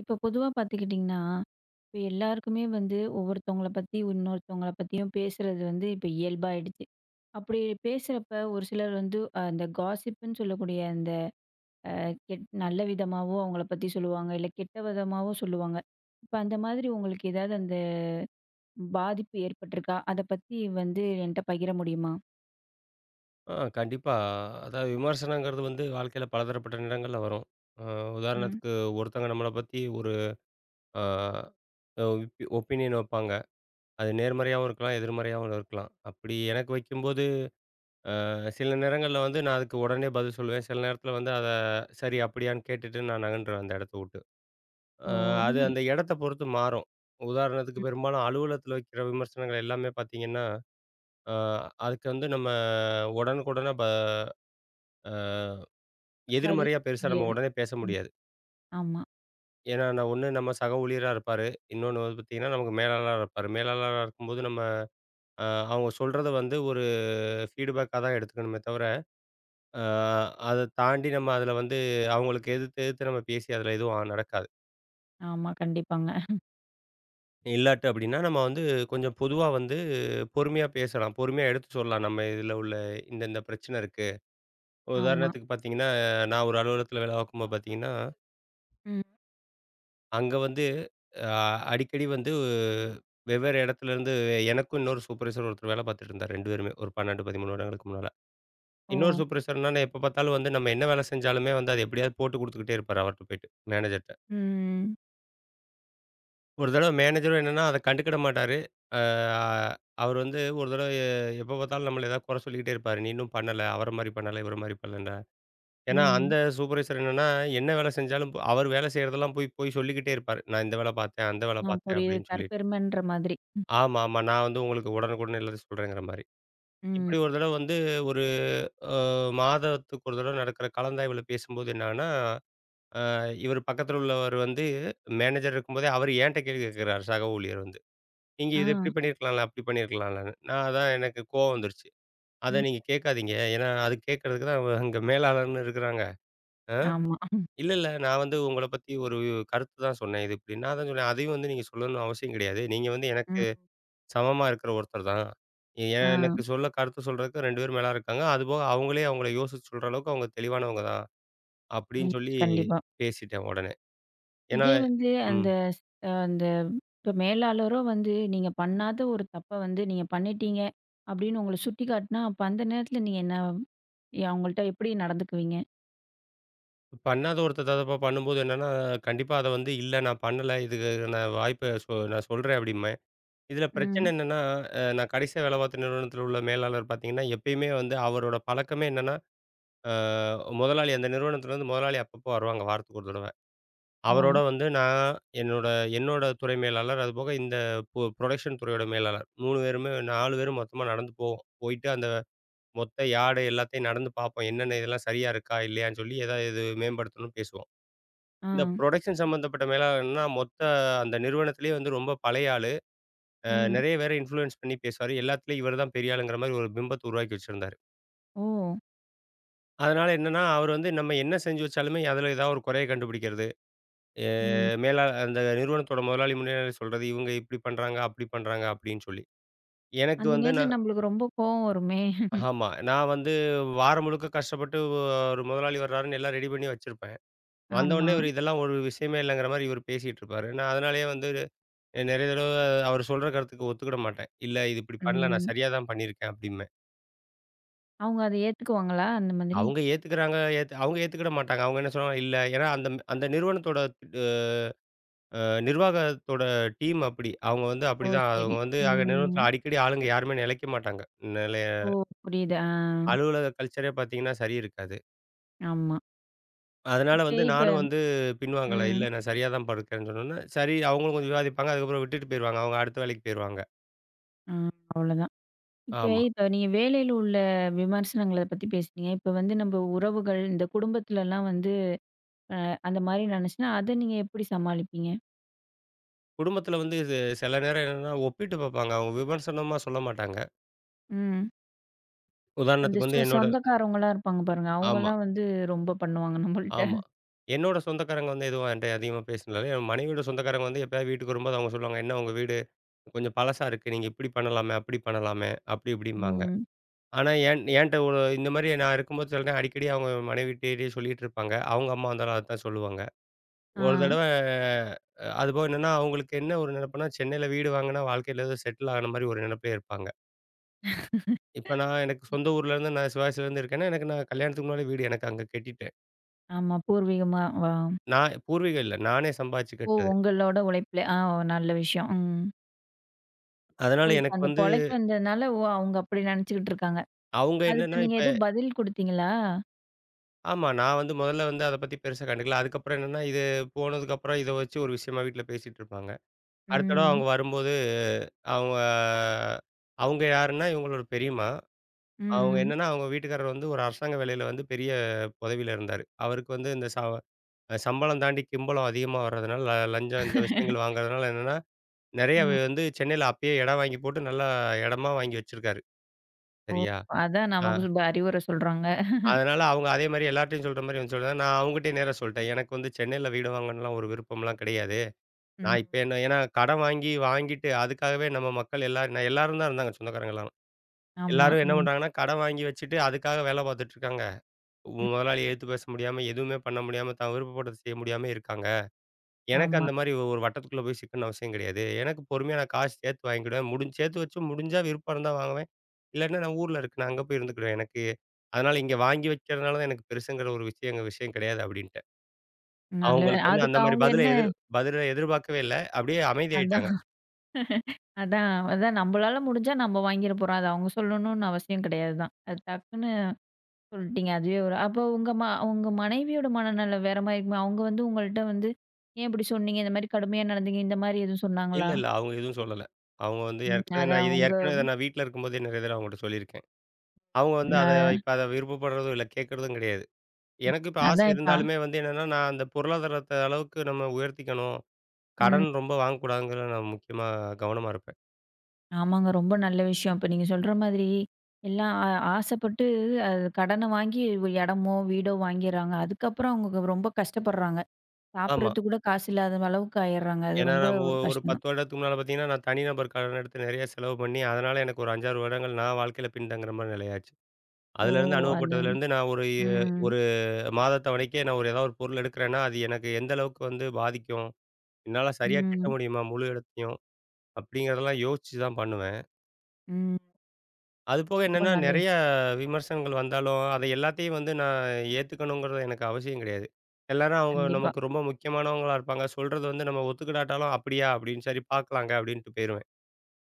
இப்ப பொதுவா பார்த்துக்கிட்டிங்கன்னா, இப்ப எல்லாருக்குமே வந்து ஒவ்வொருத்தவங்கள பத்தி, இன்னொருத்தவங்கள பத்தியும் பேசுறது வந்து இப்ப இயல்பாயிடுச்சு. அப்படி பேசுறப்ப ஒரு சிலர் வந்து அந்த காசிப்புன்னு சொல்லக்கூடிய அந்த நல்ல விதமாவும் அவங்கள பத்தி சொல்லுவாங்க. இல்ல கெட்ட விதமாவும் சொல்லுவாங்க. இப்ப அந்த மாதிரி உங்களுக்கு ஏதாவது அந்த பாதிப்பு ஏற்பட்டிருக்கா? அத பத்தி வந்து என்ட்ட பகிர முடியுமா? ஆ கண்டிப்பா. அதாவது விமர்சனங்கிறது வந்து வாழ்க்கையில பலதரப்பட்ட நிறங்கள்ல வரும். அ ம். உதாரணத்துக்கு ஒருத்தவங்க நம்மள பத்தி ஒரு அ அ ஒப்பி ஒப்பீனியன் வைப்பாங்க. அது நேர்மறையாவும் இருக்கலாம், எதிர்மறையாவும் இருக்கலாம். அப்படி எனக்கு வைக்கும்போது சில நேரங்கள்ல வந்து நான் அதுக்கு உடனே பதில் சொல்லுவேன். சில நேரத்தில வந்து அத சரி அப்படியான்னு கேட்டுட்டு நான் நகன்றுவேன் அந்த இடத்த விட்டு. ஓ! அ அது நல் அந்த இடத்த பொறுத்து மாறும். உதாரணத்துக்கு ம். பெரும்பாலும் அலுவலகத்தில வைக்கிற விமர்சனங்கள் எல்லாமே பார்த்தீங்கன்னா, அ அதுக்கு வந்து நம்ம உடனுக்குடனே ப அ பதில் எதிர்மறையா சொல்ல பெருசா நம்ம முடியாது. உடனே பேச ம். முடியாது. ஆமா, ஏன்னா, நான் ஒண்ணு நம்ம சக ஊழியரா இருப்பாரு. இன்னொன்னு வந்து பார்த்தீங்கன்னா, நமக்கு மேலாளரா இருப்பாரு. மேலாளரா இருக்கும்போது நம்ம அ அவங்க சொல்றத வந்து ஒரு ஃபீட்பேக்கா தான் எடுத்துக்கணுமே தவிர, அ அத தாண்டி நம்ம அதில வந்து அவங்களுக்கு எதிர்த்து எதிர்த்து நம்ம பேசி அதில எதுவும் நடக்காது. ஆமா. கண்டிப்பாங்க. இல்லாட்டி அப்படின்னா, நம்ம வந்து கொஞ்சம் பொதுவா வந்து பொறுமையா பேசலாம். பொறுமையா எடுத்து சொல்லலாம். நம்ம இதில உள்ள இந்த இந்த பிரச்சனை இருக்கு. ஆமா. உதாரணத்துக்கு பார்த்தீங்கன்னா, நான் ஒரு அலுவலகத்தில வேலை பார்க்கும்போது பார்த்தீங்கன்னா ம். அங்க வந்து அ அடிக்கடி வந்து வெவ்வேறு இடத்துலருந்து எனக்கும் இன்னொரு சூப்பர்வைசர் ஒருத்தர் வேலை பார்த்துட்டு இருந்தார் 2 பேருமே. ஒரு 12, 13 வருடங்களுக்கு முன்னால. ஓ! இன்னொரு சூப்பர்வைசர்னால எப்ப பார்த்தாலும் வந்து நம்ம என்ன வேலை செஞ்சாலுமே வந்து அத எப்படியாவது போட்டு குடுத்துக்கிட்டே இருப்பாரு அவர்ட்ட போயிட்டு, மேனேஜர்ட்ட. ம். ஒரு தடவ மேனேஜரும் என்னன்னா அத கண்டுக்கிட மாட்டாரு. அ அவர் வந்து ஒரு தடவ எப்ப பார்த்தாலும் நம்மள ஏதாவது குறை சொல்லிக்கிட்டே இருப்பாரு. "நீ இன்னும் பண்ணல. அவர மாரி பண்ணல. இவர மாரி பண்ணல." ஏன்னா அந்த ம். சூப்பர்வைசர் என்னன்னா, என்ன வேலை செஞ்சாலும் அவர் வேலை செய்றதெல்லாம் போய் போய் சொல்லிக்கிட்டே இருப்பாரு. "நான் இந்த வேலை பார்த்தேன், அந்த வேலை ஆ, பார்த்தேன்" புரியுது. அப்படின்னு சொல்லி. தற்பெருமைன்ற மாதிரி. ம். ஆமா, ஆமா. நான் வந்து உங்களுக்கு உடனுக்குடன் எல்லாத்தையும் சொல்றேங்கிற மாரி. ம். இப்படி ஒரு தடவ வந்து ஒரு அ மாதத்துக்கு ஒரு தடவ நடக்கிற கலந்தாய்வுல பேசும்போது என்னான்னா, அ இவரு பக்கத்துல உள்ளவர் வந்து மேனேஜர் இருக்கும்போதே அவரு என்ட்ட கேள்வி கேட்கிறாரு சக ஊழியர் வந்து. "நீங்க ஆ. இத இப்படி பண்ணியிருக்கலாம்ல, அப்படி பண்ணியிருக்கலாம்லன்னு." நான் அதான் எனக்கு கோவம் வந்துருச்சு. "அத ம். நீங்க கேட்காதீங்க. ஏன்னா அது கேட்கறதுக்கு தான் அவங்க அங்க மேலாளர்ன்னு இருக்கிறாங்க." "ஆ ஆமா. இல்ல, இல்ல. நான் வந்து உங்கள பத்தி ஒரு கருத்து தான் சொன்னேன். இது இப்படி." நான் அதான் சொன்னேன். "அதையும் வந்து நீங்க சொல்லணும்னு அவசியம் கிடையாது. நீங்க வந்து எனக்கு" ம். சமமா இருக்கிற ஒருத்தர் தான். எ ஆ. எனக்கு சொல்ல கருத்து சொல்றதுக்கு 2 பேர் மேலா இருக்காங்க. அதுபோக அவங்களே அவங்கள யோசிச்சு சொல்ற அளவுக்கு அவங்க தெளிவானவங்க தான். அப்படின்னு ம். சொல்லி கண்டிப்பா. பேசிட்டேன் உடனே. ஏன்னா இதே வந்து ம். அந்த ஸ் அ அந்த இப்ப மேலாளரோ வந்து நீங்க பண்ணாத ஒரு தப்ப வந்து நீங்க பண்ணிட்டீங்க அப்படின்னு உங்கள சுட்டிக்காட்டுனா, அப்ப அந்த நேரத்துல நீங்க என்ன அவங்கள்ட்ட எப்படி நடந்துக்குவீங்க? பண்ணாத ஒருத்தர் தப்பா பண்ணும்போது என்னன்னா, கண்டிப்பா அத வந்து இல்ல நான் பண்ணல. இதுக்கு நான் வாய்ப்ப சொ நான் சொல்றேன் அப்படிம்பேன். இதுல பிரச்சனை ம். என்னன்னா, நான் கடைசியா வேலை பார்த்த நிறுவனத்தில உள்ள மேலாளர் பார்த்தீங்கன்னா, எப்பயுமே வந்து அவரோட பழக்கமே என்னன்னா, அ முதலாளி அந்த நிறுவனத்தில இருந்து முதலாளி அப்பப்போ வருவாங்க வாரத்துக்கு ஒரு தடவ. ஓ! அவரோட வந்து நான், என்னோட என்னோட துறை மேலாளர், அதுபோக இந்த புரொடக்ஷன் துறையோட மேலாளர். 3 பேருமே 4 பேரும் மொத்தமா நடந்து போவோம். போயிட்டு அந்த மொத்த யார்டு எல்லாத்தையும் நடந்து பார்ப்போம். என்னென்ன இதெல்லாம் சரியா இருக்கா? இல்லையான்னு சொல்லி ஏதாவது இது மேம்படுத்தணும்னு பேசுவோம். ஆ. இந்த புரொடக்ஷன் சம்மந்தப்பட்ட மேலாளர்னா மொத்த அந்த நிறுவனத்திலேயே வந்து ரொம்ப பழைய ஆளு. அ ம். நெறைய பேர இன்ஃப்ளூயன்ஸ் பண்ணி பேசுவாரு. எல்லாத்துலயும் இவர் தான் பெரிய ஆளுங்கிற மாரி ஒரு பிம்பத்த உருவாக்கி வச்சிருந்தாரு. ஓ! அதனால என்னன்னா, அவர் வந்து நம்ம என்ன செஞ்சு வச்சாலுமே அதில ஏதாவது ஒரு குறைய கண்டுபிடிக்கிறது. எ ம். மேலா அந்த நிறுவனத்தோட முதலாளி முன்னாடி சொல்றது, இவங்க இப்படி பண்றாங்க, அப்படி பண்றாங்க அப்படின்னு சொல்லி. எனக்கு அந்த வந்து நேரத்துல நான் நம்மளுக்கு ரொம்ப கோவம் வருமே! ஆமா. நான் வந்து வாரம் முழுக்க கஷ்டப்பட்டு ஒரு முதலாளி வர்றாருன்னு எல்லாம் ரெடி பண்ணி வச்சிருப்பேன். ஆமா. வந்தவுடனே இவரு இதெல்லாம் ஒரு விஷயமே இல்லைங்கிற மாரி இவரு பேசிட்டு இருப்பாரு. நான் அதனாலேயே வந்து நெறைய தடவ அவரு சொல்ற கருத்துக்கு ஒத்துக்கிட மாட்டேன். இல்ல இது இப்படி பண்ணல, நான் ம். சரியா தான் பண்ணியிருக்கேன் அப்படிம்பேன். அவங்க அத ஏத்துக்குவாங்களா? அந்த மாதிரி? அவங்க ஏத்துக்கிறாங்க, அவங்க ஏத்துக்கிட மாட்டாங்க. அவங்க என்ன சொல்லுவாங்க, இல்ல ஏன்னா அந்த அந்த நிறுவனத்தோட அ அ நிர்வாகத்தோட டீம் அப்படி. அவங்க வந்து ஓ! அப்படிதான். அவங்க சரி. வந்து ஆக ம். நிறுவனத்தில அடிக்கடி ஆளுங்க யாருமே நிலைக்க மாட்டாங்க. நிலைய ஓ! புரியுது. ஆ. அலுவலக கல்ச்சரே பார்த்தீங்கன்னா சரி இருக்காது. ஆமா. அதனால இப்ப வந்து இப்ப நானும் வந்து பின்வாங்கல. இல்ல ம். நான் சரியா தான் படுக்கிறேன்னு சொன்னோனே, சரி அவங்களும் கொஞ்சம் விவாதிப்பாங்க. அதுக்கப்புறம் விட்டுட்டு போயிருவாங்க. அவங்க அடுத்த வேலைக்கு போயிருவாங்க. ஆ அவ்வளோதான். இப்ப ஆமா. இப்ப நீங்க வேலையில உள்ள விமர்சனங்கள பத்தி பேசுனீங்க. இப்ப வந்து நம்ம உறவுகள், இந்த குடும்பத்துலலாம் வந்து அந்த மாரி நடந்துச்சுன்னா, அத நீங்க எப்படி சமாளிப்பீங்க? குடும்பத்தில வந்து இது சில நேரம் என்னன்னா ஒப்பிட்டு பார்ப்பாங்க. அவங்க விமர்சனமா சொல்ல மாட்டாங்க. ம். இந்த உதாரணத்துக்கு வந்து என்னோட சொந்தக்காரவங்கலாம் இருப்பாங்க பாருங்க. ஆமா, அவங்கலாம் வந்து ரொம்ப பண்ணுவாங்க நம்மள்ட்ட. ஆமா. என்னோட சொந்தக்காரங்க வந்து எதுவும் என்ட்ட அதிகமா பேசினதில்ல. என் மனைவியோட சொந்தக்காரங்க வந்து எப்பயாவது வீட்டுக்கு வரும்போது அவங்க சொல்லுவாங்க, "என்ன உங்க வீடு கொஞ்சம் பழசா இருக்கு. நீங்க இப்படி பண்ணலாமே, அப்படி பண்ணலாமே, அப்படி இப்படிம்பாங்க." ம். ஆனா என்ட்ட ஒரு இந்த மாரி நான் இருக்கும்போது சில நேரம் அடிக்கடி அவங்க மனைவிட்டயே சொல்லிட்டு இருப்பாங்க. அவங்க அம்மா வந்தாலும் அதத்தான் சொல்லுவாங்க. ஆ. ஒரு தடவ அதுபோக என்னன்னா, அவங்களுக்கு என்ன ஒரு நெனப்புன்னா, சென்னையில வீடு வாங்குனா வாழ்க்கையில ஏதோ செட்டில் ஆன மாரி ஒரு நெனப்பிலே இருப்பாங்க. இப்ப நான் எனக்கு சொந்த ஊர்லேருந்து நான் சிவாசிலேருந்து இருக்கேன்னா, எனக்கு நான் கல்யாணத்துக்கு முன்னாலே வீடு எனக்கு அங்க கட்டிட்டேன். ஆமா. பூர்வீகமா வா நான் பூர்வீகம் இல்ல. நானே சம்பாதிச்சு ஓ! கட்டினது. உங்களோட உழைப்புல. ஆ, நல்ல விஷயம். ம். ஓ! அதனால இப்ப எனக்கு அந்த வந்து பொழைக்க வந்ததுனால, ஓ! அவங்க அப்படி நெனச்சுக்கிட்டு இருக்காங்க. அவங்க என்னன்னா அதுக்கு நீங்க எதுவும் பதில் குடுத்தீங்களா? ஆமா. நான் வந்து முதல்ல வந்து அத பத்தி பெருசா கண்டுக்கல. அதுக்கப்புறம் என்னன்னா, இது போனதுக்கப்புறம் இத வச்சு ஒரு விஷயமா வீட்ல பேசிட்டு இருப்பாங்க. அடுத்த தடவ ம். அவங்க வரும்போது, அவங்க அவங்க யாருன்னா, இவங்களோட பெரியம்மா. அவங்க ம். என்னன்னா, அவங்க வீட்டுக்காரர் வந்து ஒரு அரசாங்க வேலையில வந்து பெரிய பதவியில இருந்தாரு. அவருக்கு வந்து இந்த சம்பளம் தாண்டி கிம்பளம் அதிகமா வர்றதுனால, லஞ்சம் இந்த விஷயங்கள் வாங்குறதுனால என்னன்னா, நெறைய ம். வந்து சென்னையில அப்பயே இடம் வாங்கி போட்டு நல்லா இடமா வாங்கி வச்சிருக்காரு. ஓ! சரியா? அதான் ஆ. நமக்கு அறிவுரை சொல்றாங்க. அதனால அவங்க அதே மாரி எல்லார்ட்டயும் சொல்ற மாரி வந்து சொல்றேன். நான் அவங்ககிட்டயே நேரா சொல்ட்டேன். எனக்கு வந்து சென்னையில வீடு வாங்கணும்லாம் ஒரு விருப்பம்லாம் கிடையாது. நான் ம். இப்ப என்ன ஏன்னா கடன் வாங்கி வாங்கிட்டு அதுக்காகவே நம்ம மக்கள் எல்லாரும் நான் எல்லாரும் தான் இருந்தாங்க சொந்தக்காரங்க எல்லாரும். ஆமா. எல்லாரும் என்ன ம். பண்றாங்கன்னா, கடன் வாங்கி வச்சுட்டு அதுக்காக வேலை பார்த்துட்டு இருக்காங்க. ம். முதலாளிய எதிர்த்து பேச முடியாம, எதுவுமே பண்ண முடியாம, தான் விருப்பப்பட்டத செய்ய முடியாம இருக்காங்க. எனக்கு ஆமா. அந்த மாரி ஒரு வட்டத்துக்குள்ள போய் சிக்கணும்னு அவசியம் கிடையாது. எனக்கு பொறுமையா நான் காசு சேர்த்து வாங்கிக்கிடுவேன். முடிஞ் சேர்த்து வச்சு முடிஞ்சா விருப்பம் இருந்தா வாங்குவேன். இல்லன்னா நான் ஊர்ல இருக்கு. நான் அங்க போய் இருந்துக்குருவேன். எனக்கு அதனால இங்க வாங்கி வைக்கிறதுனால தான் எனக்கு பெருசுங்கிற ஒரு விஷயம் எங்க விஷயம் கிடையாது அப்டின்ட்டேன். நல்ல அவங்களுக்கு வந்து அதுக்கு அந்த மாரி அவங்க என்ன பதில எதிர்பார்க்கவே இல்ல. அப்டியே அமைதியாயிட்டாங்க. அதான் அதான் அதான் நம்மளால முடிஞ்சா நம்ம வாங்கிற போறோம். அது அவங்க சொல்லணும்னு அவசியம் கிடையாது தான். அது டக்குன்னு சொல்லிட்டீங்க. அதுவே ஒரு அப்போ உங்க உங்க மனைவியோட மனநலம் வேற மாரி இருக்குமா? அவங்க வந்து உங்கள்ட்ட வந்து ஏன் இப்படி சொன்னீங்க? இந்த மாரி கடுமையா நடந்தீங்க. இந்த மாரி எதுவும் இல்ல, சொன்னாங்களா? இல்ல அவங்க எதுவும் சொல்லல. அவங்க வந்து ம். ஏற்கனவே நான் அதான் இது உங்க ஏற்கனவே இத நான் வீட்ல இருக்கும்போதே நெறைய தடவ அவங்கட்ட சொல்லியிருக்கேன். அவங்க வந்து அத ந இப்ப அத விருப்பப்படுறதும் இல்ல, கேட்கறதும் கிடையாது. எனக்கு இப்ப ஆசை அதான் இப்ப இருந்தாலுமே வந்து என்னன்னா, நான் அந்த பொருளாதாரத்த அளவுக்கு நம்ம உயர்த்திக்கணும். ம். கடன் ரொம்ப வாங்கக்கூடாதுங்கிறதுல நான் முக்கியமா கவனமா இருப்பேன். ஆமாங்க. ரொம்ப நல்ல விஷயம். இப்ப நீங்க சொல்ற மாதிரி, எல்லாம் ஆ ஆசைப்பட்டு அது கடன வாங்கி ஒரு இடமோ, வீடோ வாங்கிர்றாங்க. அதுக்கப்புறம் அவங்க ரொம்ப கஷ்டப்படுறாங்க. ஆமா. சாப்பிடறதுக்கு கூட காசு இல்லாத அளவுக்கு ஆயிர்றாங்க. அது ஏன்னா ரொம்ப நம்ம ஒரு ஒரு கஷ்டம் 10 தான். வருடத்துக்கு முன்னால பார்த்தீங்கன்னா, நான் தனிநபர் கடன் எடுத்து நிறைய செலவு பண்ணி, அதனால எனக்கு ஒரு 5, 6 வருடங்கள் நான் வாழ்க்கையில பின்தங்குற மாரி நிலையாச்சு. ஓ! அதுலேருந்து அது அனுபவப்பட்டதுலேருந்து நான் ஒரு எ ம், ஒரு மாதத் தவணைக்கே நான் ஒரு ஏதாவது ஒரு பொருள் எடுக்கிறேன்னா, அது எனக்கு எந்த அளவுக்கு வந்து பாதிக்கும்? என்னால சரியா கட்ட ம், முடியுமா? முழு இடத்தையும் அப்படிங்கிறதெல்லாம் யோசிச்சு தான் பண்ணுவேன். ம். அதுபோக ரொம்ப என்னன்னா, நல்ல நிறைய விஷயம். விமர்சனங்கள் வந்தாலும், அதை எல்லாத்தையும் வந்து நான் ஏத்துக்கணுங்கிறது எனக்கு அவசியம் கிடையாது. எல்லாரும் அவங்க கண்டிப்பா. நமக்கு ரொம்ப முக்கியமானவங்களா இருப்பாங்க. சொல்றது வந்து நம்ம ஒத்துக்கிடாட்டாலும், "அப்படியா?" அப்படின்னு "சரி பார்க்கலாங்க" அப்படின்ட்டு போயிருவேன்.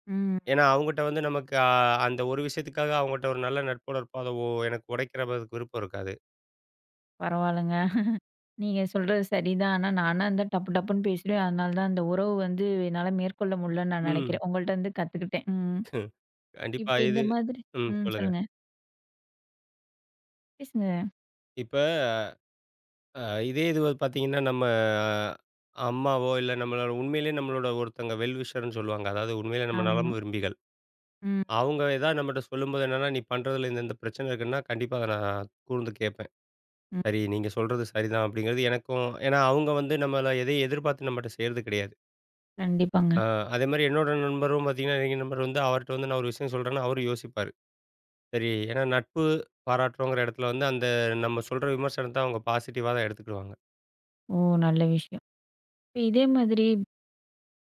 ம். ஏன்னா, அவங்கட்ட வந்து நமக்கு அந்த ஒரு விஷயத்துக்காக அவங்கட்ட ஒரு நல்ல நட்போட இருப்போம். அத எனக்கு உடைக்கிறதுக்கு விருப்பம் இருக்காது. பரவால்லங்க. நீங்க சொல்றது சரிதான். ஆனா, நானா இருந்தா டப்பு டப்புன்னு பேசிடுவேன். அதனால தான் அந்த உறவு வந்து என்னால மேற்கொள்ள முடியலன்னு நான் ம். நெனைக்கிறேன். உங்கள்ட்ட இருந்து கத்துக்கிட்டேன். ம். கண்டிப்பா இப்ப இந்த இது மாதிரி ம் ம். சொல்லுங்க. சொல்லுங்க. பேசுங்க. இப்ப அ இதே இது வந்து பார்த்தீங்கன்னா, நம்ம அஹ், அம்மாவோ, இல்ல நம்மளோட உண்மையிலேயே நம்மளோட ஒருத்தவங்க விஷர்ன்னு சொல்லுவாங்க. அதாவது உண்மையிலே நம்ம ஆமா. நலம் விரும்பிகள். ம். அவங்க ஏதாவது நம்மட்ட சொல்லும்போது என்னன்னா, "நீ பண்றதுல இந்த இந்த பிரச்சனை இருக்குன்னா" கண்டிப்பா அத நான் கூர்ந்து கேட்பேன். ம். சரி, நீங்க சொல்றது சரிதான் அப்படிங்கிறது எனக்கும் ஏன்னா அவங்க வந்து நம்மள எதையும் எதிர்பார்த்து நம்மட்ட செய்றது கிடையாது. கண்டிப்பாங்க. ஆ, அதே மாரி என்னோட நண்பரும் பார்த்தீங்கன்னா, எங்க நண்பர் வந்து அவர்ட்ட வந்து நான் ஒரு விஷயம் சொல்றேன்னா, அவரும் யோசிப்பாரு. சரி ஏன்னா நட்பு பாராட்டுறோங்கிற இடத்துல வந்து அந்த நம்ம சொல்ற விமர்சனத்த அவங்க பாசிட்டிவா தான் எடுத்துக்கிடுவாங்க. ஓ! நல்ல விஷயம். இப்ப இதே மாதிரி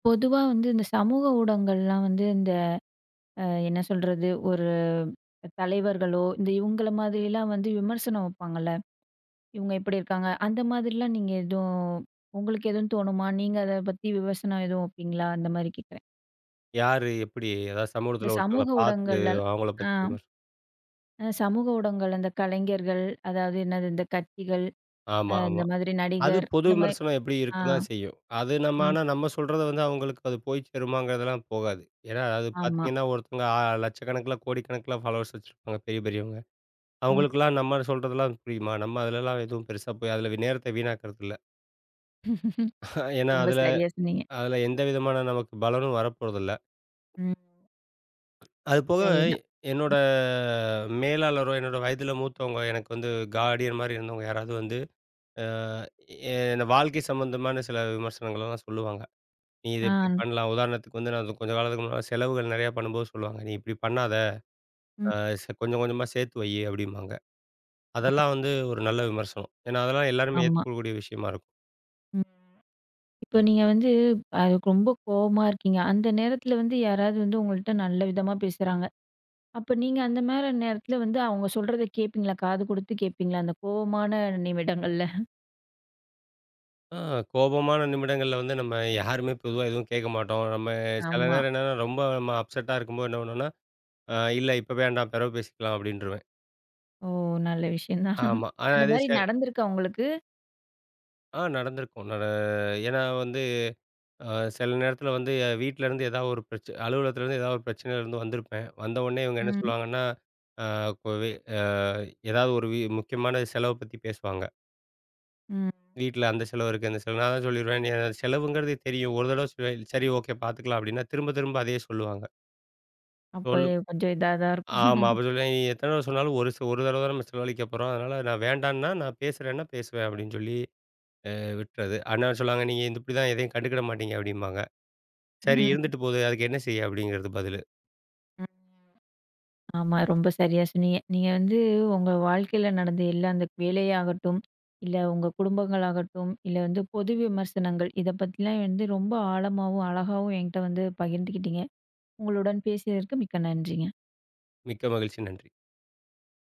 பொதுவா வந்து இந்த சமூக ஊடகங்கள்லாம் வந்து இந்த என்ன சொல்றது? ஒரு தலைவர்களோ, இந்த இவங்கள மாதிரிலாம் வந்து விமர்சனம் வைப்பாங்கல்ல. இவங்க இப்படி இருக்காங்க. அந்த மாதிரிலாம் நீங்க எதுவும் உங்களுக்கு எதுவும் தோணுமா? நீங்க அத பத்தி விமர்சனம் எதுவும் வைப்பீங்களா? அந்த மாரி கேட்கிறேன். யாரு எப்படி அதாவது இந்த சமூகத்துல ஒருத்தங்கள சமூக பார்த்து ஊடகங்கள்ல அவங்கள ஆ பத்தி விமர்சனம் சமூக ஊடகங்கள் அந்த கலைஞர்கள், அதாவது என்னது இந்த கட்சிகள், ஆமா, இந்த ஆமா. மாதிரி அது நடிகர் பொது இந்த மாரி விமர்சனம் எப்படி ஆ. இருக்க தான் செய்யும். அது நம்ம ம். ஆனா நம்ம சொல்றத வந்து அவங்களுக்கு அது போய் சேருமாங்கிறதெல்லாம் போகாது. ஏன்னா அது ஆமா. பார்த்தீங்கன்னா, ஒருத்தவங்க ஆ லட்சக்கணக்கில, கோடிக்கணக்கில ஃபாலோவர்ஸ் வச்சிருப்பாங்க பெரிய பெரியவங்க. ம். அவங்களுக்கெல்லாம் நம்ம சொல்றதெல்லாம் புரியுமா? நம்ம அதுலலாம் எதுவும் பெருசா போய் அதுல நேரத்த வீணாக்குறதில்ல. ஏன்னா, ரொம்ப அதுல சரியா சொன்னீங்க. அதுல எந்த விதமான நமக்கு பலனும் வரப்போறதில்ல. ம். அதுபோக சரிதான். என்னோட ம். மேலாளரோ, என்னோட வயதில மூத்தவங்க எனக்கு வந்து கார்டியன் மாரி இருந்தவங்க யாராவது வந்து, அ என் வாழ்க்கை சம்மந்தமான சில விமர்சனங்கள்லாம் சொல்லுவாங்க. "நீ இத ஆ. இப்படி பண்ணலாம்." உதாரணத்துக்கு வந்து நான் கொஞ்ச காலத்துக்கு முன்னால செலவுகள் நெறையா பண்ணும்போது சொல்லுவாங்க, "நீ இப்படி பண்ணாத. ம். அ ச கொஞ்சம் கொஞ்சமா சேர்த்து வை" அப்படிம்பாங்க. அதெல்லாம் வந்து ஒரு நல்ல விமர்சனம். ஏன்னா, அதெல்லாம் எல்லாருமே ஆமா. ஏத்துக்கக்கூடிய விஷயமா இருக்கும். ம். இப்போ நீங்க வந்து அது ரொம்ப கோவமா இருக்கீங்க. அந்த நேரத்துல வந்து யாராவது வந்து உங்கள்ட்ட நல்ல விதமா பேசுறாங்க. அப்ப நீங்க அந்த மாரி நேரத்துல வந்து அவங்க சொல்றத கேட்பீங்களா? காது கொடுத்து கேட்பீங்களா? அந்த கோவமான நிமிடங்கள்ல? ஆ கோபமான நிமிடங்கள்ல வந்து நம்ம யாருமே பொதுவா எதுவும் கேட்க மாட்டோம். நம்ம சில ஆமா. நேரம் என்னன்னா, ரொம்ப நம்ம அப்செட்டா இருக்கும்போது என்ன பண்ணுவோம்னா, இல்ல இப்ப வேண்டாம். பிறவு பேசிக்கலாம்" அப்படின்ருவேன். ஓ! நல்ல விஷயம் தான். ஆமா. ஆனா அந்த அதே மாரி நடந்திருக்கா உங்களுக்கு? ஆ நடந்திருக்கும். ஏன்னா வந்து அ சில நேரத்தில வந்து வீட்லருந்து ஏதாவது ஒரு அலுவலகத்திலருந்து ஏதாவது ஒரு பிரச்சனையிலருந்து வந்திருப்பேன். வந்தவுடனே இவங்க என்ன ம். சொல்லுவாங்கன்னா, அ கொ வே அ ஏதாவது ஒரு முக்கியமான செலவ பத்தி பேசுவாங்க. ம். வீட்ல அந்த செலவு இருக்கு, இந்த செலவு நான் தான் சொல்லிருவேன். "நீ அந்த செலவுங்கிறது தெரியும். ஒரு தடவ சொல் சரி ஓகே பார்த்துக்கலாம்" அப்படின்னா திரும்ப திரும்ப அதையே சொல்லுவாங்க. அப்ப சொல் கொஞ்சம் இதா தான் ஆமா. இருக்கும். அப்ப சொல்லி நீ எத்தன தடவ சொன்னாலும் ஒரு ஒரு தடவ தான் நம்ம செலவழிக்க போறோம். அதனால நான் வேண்டான்னா, நான் பேசுறேன்னா பேசுவேன் அப்டின்னு சொல்லி அ விட்டுறது. அண்ணா சொன்னாங்க, "நீங்க இந்த இப்டி தான் எதையும் கண்டுக்கிட மாட்டீங்க" அப்டிம்பாங்க. சரி ம். இருந்துட்டு போகுது. அதுக்கு என்ன செய்ய? அப்டிங்கிறது பதிலு. ம். ஆமா. ரொம்ப சரியா சொன்னீங்க. நீங்க வந்து உங்க வாழ்க்கையில நடந்த எல்லா அந்த வேலையாகட்டும், இல்ல உங்க குடும்பங்களாகட்டும், இல்ல வந்து பொது விமர்சனங்கள் இத பத்திலாம் வந்து ரொம்ப ஆழமாவும், அழகாவும் என்கிட்ட வந்து பகிர்ந்துக்கிட்டீங்க. உங்களுடன் பேசியதற்கு மிக்க நன்றிங்க. மிக்க மகிழ்ச்சி. நன்றி.